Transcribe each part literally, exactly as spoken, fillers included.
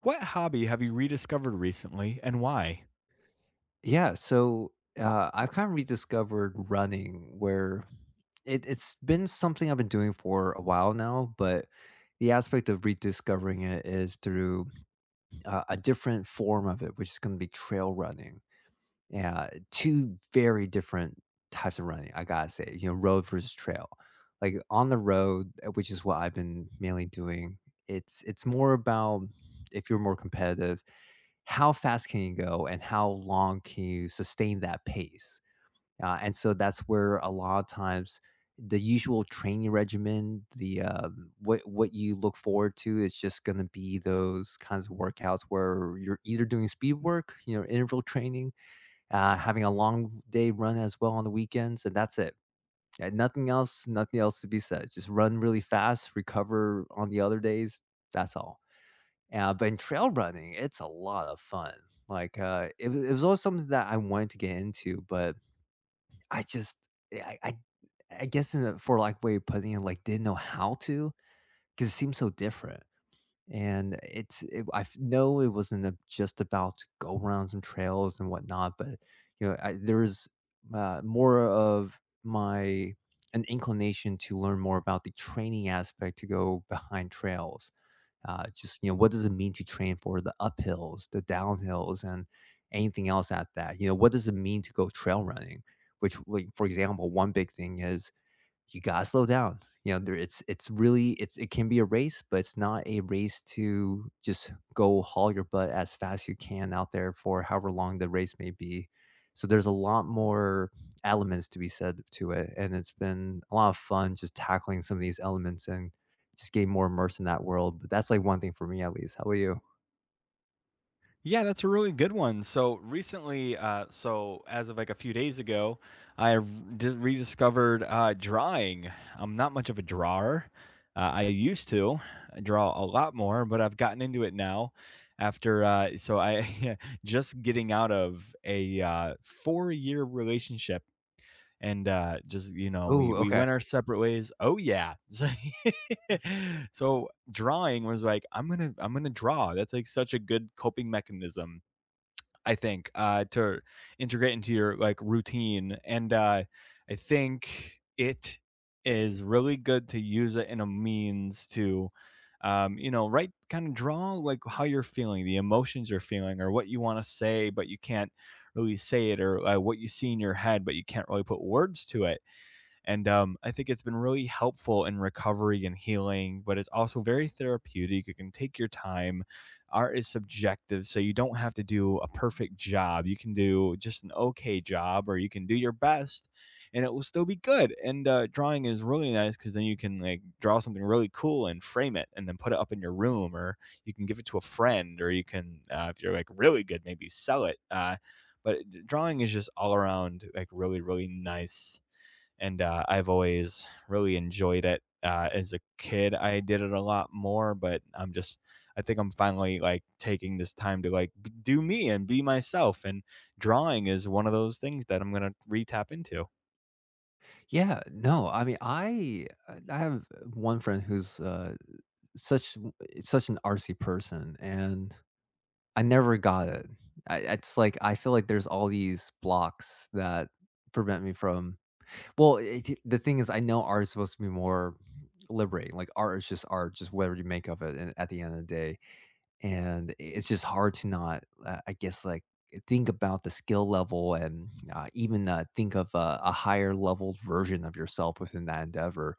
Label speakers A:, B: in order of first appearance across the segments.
A: What hobby have you rediscovered recently and why?
B: Yeah, so, uh, I've kind of rediscovered running where it it's been something I've been doing for a while now, but the aspect of rediscovering it is through, uh, a different form of it, which is gonna be trail running. Yeah, two very different types of running, I gotta say, you know, road versus trail. Like, on the road, uh, which is what I've been mainly doing, it's it's more about if you're more competitive, how fast can you go and how long can you sustain that pace? Uh, and so that's where a lot of times the usual training regimen, the um, what what you look forward to is just going to be those kinds of workouts where you're either doing speed work, you know, interval training, uh, having a long day run as well on the weekends, and that's it. And nothing else, nothing else to be said. Just run really fast, recover on the other days. That's all. Yeah, but in trail running, it's a lot of fun. Like, uh, it was it was always something that I wanted to get into, but I just eh, I I I guess, in a for like way of putting it, like, didn't know how to, because it seems so different, and it's it I f know it wasn't a just about to go around some trails and whatnot, but, you know, I there's, uh, more of my an inclination to learn more about the training aspect to go behind trails. Uh, just you know, what does it mean to train for the uphills, the downhills, and anything else at that? You know, what does it mean to go trail running? Which, like for example, one big thing is you gotta slow down. You know, there it's it's really it's it can be a race, but it's not a race to just go haul your butt as fast as you can out there for however long the race may be. So there's a lot more elements to be said to it, and it's been a lot of fun just tackling some of these elements and just getting more immersed in that world, but that's, like, one thing for me at least. How about you?
A: Yeah, that's a really good one. So recently, uh, so as of like a few days ago, I r- di- rediscovered uh, drawing. I'm not much of a drawer. Uh, I used to draw a lot more, but I've gotten into it now. After uh, so I just getting out of a uh, four year relationship and uh just you know we
B: Oh,
A: we
B: okay.
A: went our separate ways. Oh, yeah. So, so drawing was like, i'm gonna i'm gonna draw. That's like such a good coping mechanism, I think, uh, to integrate into your like routine. And uh, I think it is really good to use it in a means to, um, you know, write, kind of draw like how you're feeling, the emotions you're feeling, or what you want to say, but you can't really say it, or uh, what you see in your head, but you can't really put words to it. And um, I think it's been really helpful in recovery and healing, but it's also very therapeutic. You can take your time. Art is subjective, so you don't have to do a perfect job. You can do just an okay job, or you can do your best, and it will still be good. And uh, drawing is really nice because then you can like draw something really cool and frame it, and then put it up in your room, or you can give it to a friend, or you can, uh, if you're like really good, maybe sell it. Uh, but drawing is just all around like really, really nice. And uh, I've always really enjoyed it. Uh, as a kid, I did it a lot more, but I'm just, I think I'm finally like taking this time to like b- do me and be myself, and drawing is one of those things that I'm gonna re tap into.
B: Yeah, no, I mean, I I have one friend who's, uh, such such an artsy person, and I never got it. I it's like, I feel like there's all these blocks that prevent me from, well, it the thing is, I know art is supposed to be more liberating. Like, art is just art, just whatever you make of it and at the end of the day, and it's just hard to not, uh, I guess, like, think about the skill level and, uh, even, uh, think of a a higher leveled version of yourself within that endeavor.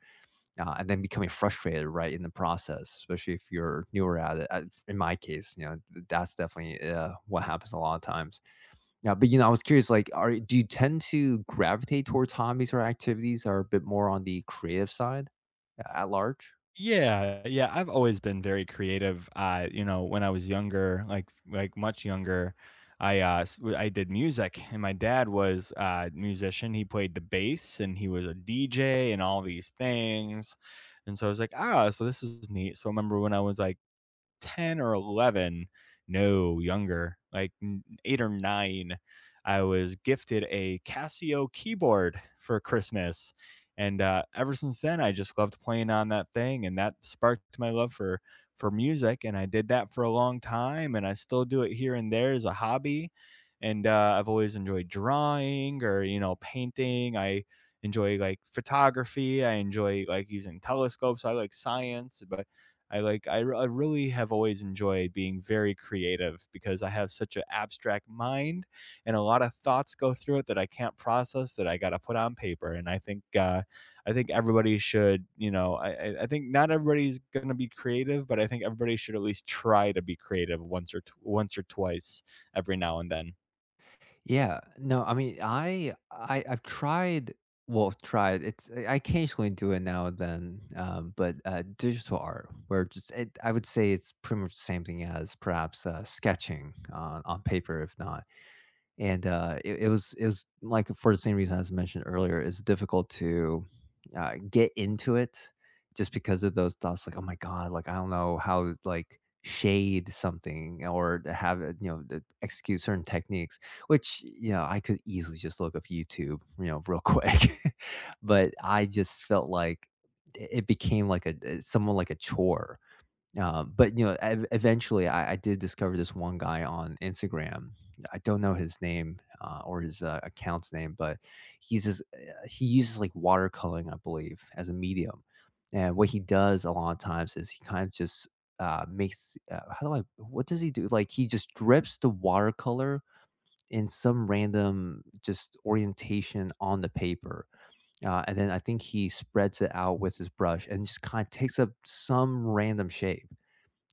B: Uh, and then becoming frustrated, right, in the process, especially if you're newer at it. I, in my case, you know, that's definitely uh, what happens a lot of times. Yeah, but you know, I was curious, like, are do you tend to gravitate towards hobbies or activities that are a bit more on the creative side, uh, at large?
A: Yeah, yeah, I've always been very creative. Uh, you know, when I was younger, like like much younger, I uh s- w- I did music and my dad was a musician. He played the bass and he was a D J and all these things. And so I was like, ah, so this is neat. So I remember when I was like ten or eleven, no, younger, like eight or nine, I was gifted a Casio keyboard for Christmas. And uh, ever since then, I just loved playing on that thing, and that sparked my love for for music. And I did that for a long time, and I still do it here and there as a hobby. And uh, I've always enjoyed drawing or you know painting. I enjoy like photography. I enjoy like using telescopes. I like science, but I like I r I really have always enjoyed being very creative because I have such an abstract mind and a lot of thoughts go through it that I can't process, that I gotta put on paper. And I think, uh, I think everybody should, you know, I I I think not everybody's gonna be creative, but I think everybody should at least try to be creative once or t once or twice every now and then.
B: Yeah, no, I mean, I, I I've tried, well, tried. It's I occasionally do it now and then, um, but uh, digital art, where just it, I would say it's pretty much the same thing as perhaps uh, sketching on on paper, if not. And, uh, it it was it was like, for the same reason as I mentioned earlier, it's difficult to, uh, get into it just because of those thoughts like, "Oh my god," like, "I don't know how to, like, shade something or to have it," you know, "to execute certain techniques," which, you know, I could easily just look up YouTube, you know, real quick. But I just felt like it it became like a d somewhat like a chore. Um, but, you know, ev eventually, I I did discover this one guy on Instagram. I don't know his name, uh, or his, uh, account's name, but he's this uh, he uses, like, watercoloring, I believe, as a medium, and what he does a lot of times is he kind of just, uh, makes uh, how do I what does he do? Like, he just drips the watercolor in some random, just, orientation on the paper, uh, and then I think he spreads it out with his brush and just kinda takes up some random shape.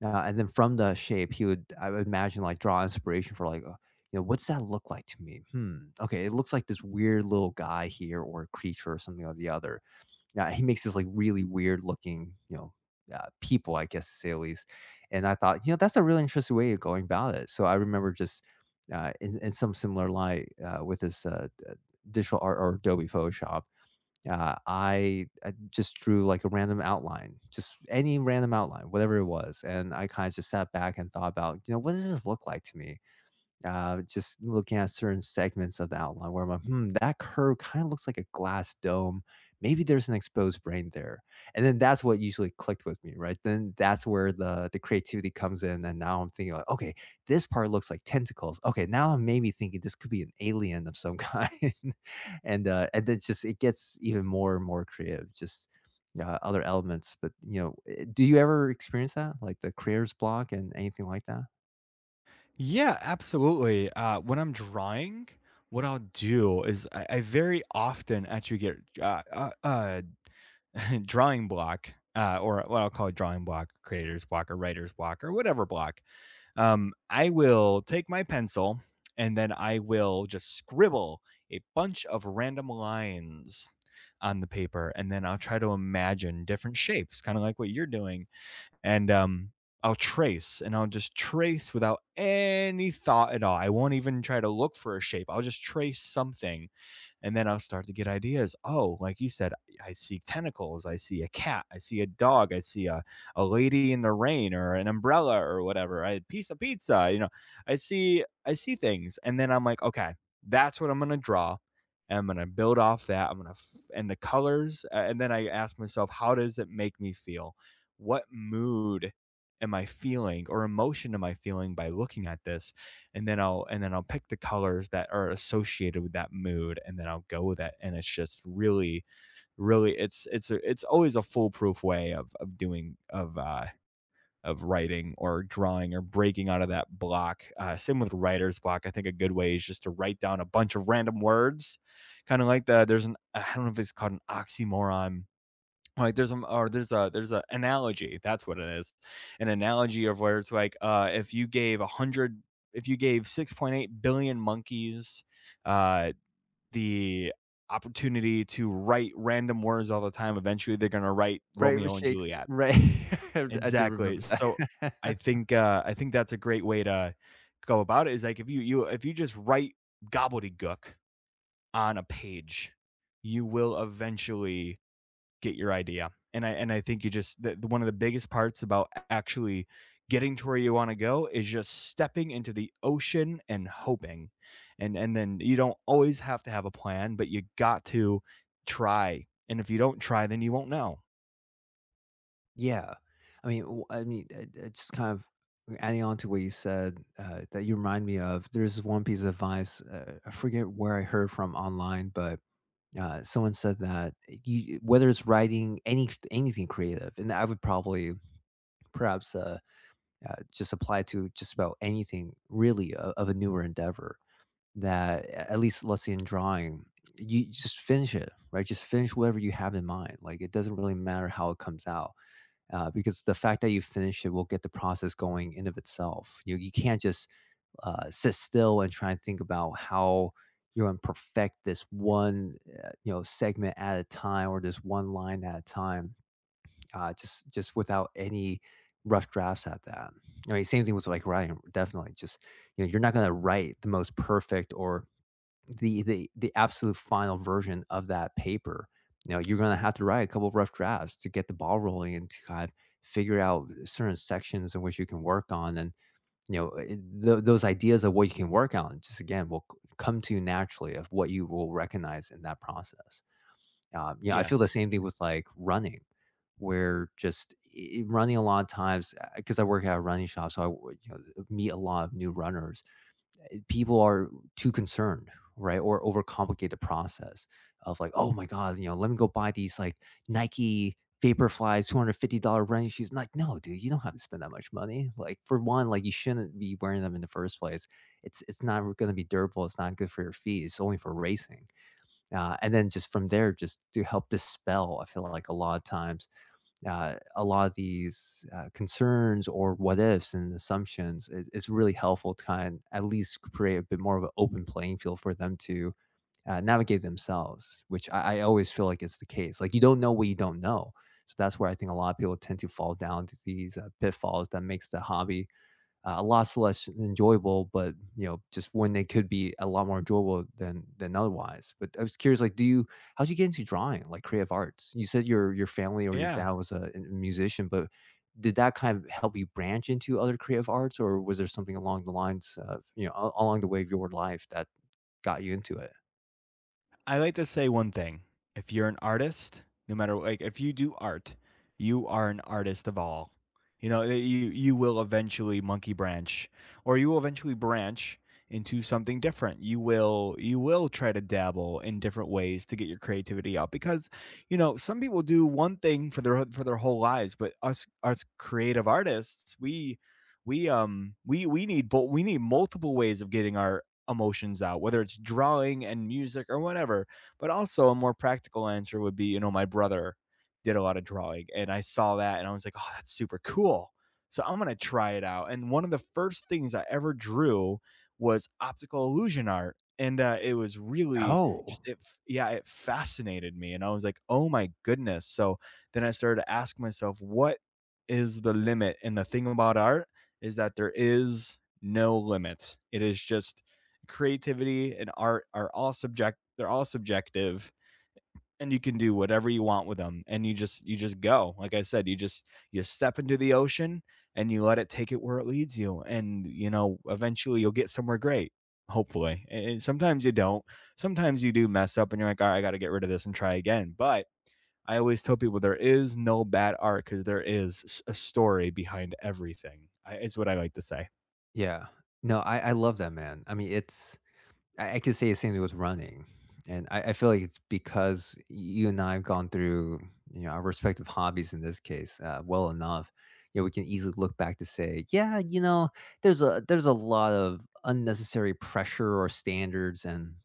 B: Uh, and then from the shape, he would, I would imagine, like draw inspiration for, like, uh, you know, what's that look like to me? Hmm. Okay, it looks like this weird little guy here, or creature, or something or the other. Yeah, he makes this like really weird looking, you know, uh, people, I guess to say at least. And I thought, you know, that's a really interesting way of going about it. So I remember just uh, in in some similar light uh, with this uh, d- digital art or Adobe Photoshop, uh, I I just drew, like, a random outline, just any random outline, whatever it was, and I kinda just sat back and thought about, you know, "What does this look like to me?" Uh, just looking at certain segments of the outline where I'm like, "Hmm, that curve kinda looks like a glass dome. Maybe there's an exposed brain there." And then that's what usually clicked with me, right? Then that's where the the creativity comes in, and now I'm thinking like, "Okay, this part looks like tentacles. Okay, now I'm maybe thinking this could be an alien of some kind." And, uh, and then just it gets even more and more creative, just, uh, other elements. But, you know, eh, do you ever experience that? Like the creator's block and anything like that?
A: Yeah, absolutely. Uh, when I'm drawing, what I'll do is I I very often actually get, uh uh uh drawing block, uh, or what I'll call drawing block, creator's block, or writer's block, or whatever block, um, I will take my pencil and then I will just scribble a bunch of random lines on the paper. And then I'll try to imagine different shapes, kind of like what you're doing. And um, I'll trace, and I'll just trace without any thought at all. I won't even try to look for a shape. I'll just trace something and then I'll start to get ideas. Oh, like you said, I see tentacles, I see a cat, I see a dog, I see a, a lady in the rain or an umbrella or whatever, I had a piece of pizza, you know, I see I see things. And then I'm like, okay, that's what I'm gonna draw. And I'm gonna build off that. I'm gonna f- and the colors, uh, and then I ask myself, how does it make me feel? What mood am I feeling, or emotion am I feeling by looking at this? And then I'll and then I'll pick the colors that are associated with that mood, and then I'll go with it. And it's just really, really it's it's a, it's always a foolproof way of of doing, of uh of writing or drawing or breaking out of that block. Uh, same with writer's block. I think a good way is just to write down a bunch of random words, kind of like the there's an I don't know if it's called an oxymoron, like, there's, a or there's a there's a analogy, that's what it is. An analogy of where it's like, uh, if you gave one hundred, if you gave six point eight billion monkeys, uh, the opportunity to write random words all the time, eventually they're gonna write
B: Right, with
A: Romeo and
B: shakes
A: Juliet.
B: right. I I do
A: Exactly,
B: remember
A: so I
B: that.
A: think, uh, I think that's a great way to go about it, is like, if you you if you just write gobbledygook on a page, you will eventually get your idea. And I and I think you just the, one of the biggest parts about actually getting to where you want to go is just stepping into the ocean and hoping. And and then you don't always have to have a plan, but you got to try. And if you don't try, then you won't know.
B: Yeah. I mean, w I mean, it it's just kind of adding on to what you said, uh, that you remind me of, there's this one piece of advice, uh, I forget where I heard from online, but, uh, someone said that you whether it's writing any anything creative, and I would probably perhaps, uh, uh, just apply to just about anything, really, o of a newer endeavor. That, at least let's say in drawing, you just finish it, right? Just finish whatever you have in mind. Like, it doesn't really matter how it comes out. Uh, because the fact that you finish it will get the process going in of itself. You you can't just uh, sit still and try and think about how you're going to perfect this one uh, you know, segment at a time or this one line at a time. Uh, just just without any rough drafts at that. I mean, same thing with like writing. Definitely, just you know, you're not going to write the most perfect or the the the absolute final version of that paper. You know, you're gonna have to write a couple of rough drafts to get the ball rolling and to kind of figure out certain sections in which you can work on, and, you know, eh, tho those ideas of what you can work on just again will c come to you naturally of what you will recognize in that process. Um, you know, I feel the
A: Yes.
B: same thing with, like, running, where just I I running a lot of times, because I work at a running shop, so I w you know, meet a lot of new runners, people are too concerned, right? Or overcomplicate the process of like, oh my God, you know, let me go buy these like Nike Vaporflies two hundred fifty dollar running shoes. Like, no, dude, you don't have to spend that much money. Like, for one, like you shouldn't be wearing them in the first place. It's it's not going to be durable. It's not good for your feet. It's only for racing. Uh, and then just from there, just to help dispel, I feel like a lot of times uh, a lot of these uh, concerns or what ifs and assumptions, is, is really helpful to kind of at least create a bit more of an open playing field for them to uh, navigate themselves, which I, I always feel like it's the case. Like, you don't know what you don't know. So that's where I think a lot of people tend to fall down to these uh, pitfalls that makes the hobby uh, a lot less enjoyable, but you know, just when they could be a lot more enjoyable than than otherwise. But I was curious, like, do you, how'd you get into drawing, like creative arts? You said your your family or your
A: Yeah.
B: dad was a, a musician, but did that kind of help you branch into other creative arts, or was there something along the lines of, you know, a- along the way of your life that got you into it?
A: I like to say one thing. If you're an artist, no matter like if you do art, you are an artist of all. You know, that you you will eventually monkey branch or you will eventually branch into something different. You will you will try to dabble in different ways to get your creativity out. Because you know, some people do one thing for their for their whole lives, but us us creative artists, we we um we we need, but we need multiple ways of getting our emotions out, whether it's drawing and music or whatever. But also, a more practical answer would be, you know, my brother did a lot of drawing and I saw that and I was like, oh, that's super cool. So I'm going to try it out. And one of the first things I ever drew was optical illusion art. And uh, it was really
B: Oh,
A: just, it, f- yeah, it fascinated me. And I was like, oh my goodness. So then I started to ask myself, what is the limit? And the thing about art is that there is no limit. It is just creativity and art are all subject they're all subjective, and you can do whatever you want with them. And you just you just go, like I said, you just, you step into the ocean and you let it take it where it leads you. And you know, eventually you'll get somewhere great, hopefully. And and sometimes you don't, sometimes you do mess up and you're like, all right, I got to get rid of this and try again. But I always tell people there is no bad art, because there is s- a story behind everything. I- is what I like to say.
B: yeah. No, I, I love that, man. I mean, it's I, I could say the same thing with running. And I, I feel like it's because you and I have gone through, you know, our respective hobbies in this case, uh, well enough. You know, we can easily look back to say, yeah, you know, there's a there's a lot of unnecessary pressure or standards and,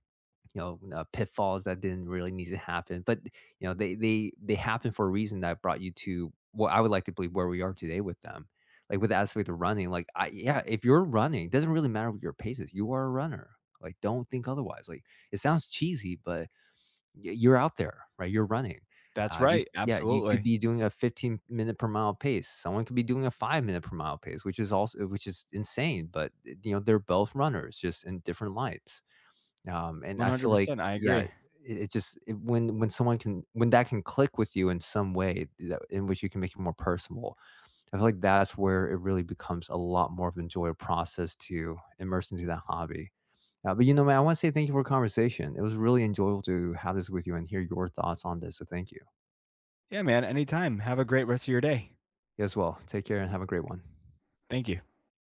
B: you know, uh, pitfalls that didn't really need to happen, but, you know, they they they happened for a reason that brought you to what I would like to believe where we are today with them. Like, with the aspect of running, like, I, yeah, if you're running, it doesn't really matter what your pace is, you are a runner, like, don't think otherwise. Like, it sounds cheesy, but y you're out there, right? You're running.
A: That's
B: Uh, you
A: right,
B: yeah, you could
A: absolutely.
B: be doing a fifteen minute per mile pace, someone could be doing a five minute per mile pace, which is also which is insane, but, eh, you know, they're both runners, just in different lights. Um, and I feel like,
A: one hundred percent I
B: yeah,
A: agree.
B: it it just it when when someone can, when that can click with you in some way that in which you can make it more personal, I feel like that's where it really becomes a lot more of an enjoyable process to immerse into that hobby. Uh, but, you know, man, I want to say thank you for the conversation. It was really enjoyable to have this with you and hear your thoughts on this, so thank you.
A: Yeah, man. Anytime. Have a great rest of your day.
B: You as well. Take care and have a great one.
A: Thank you.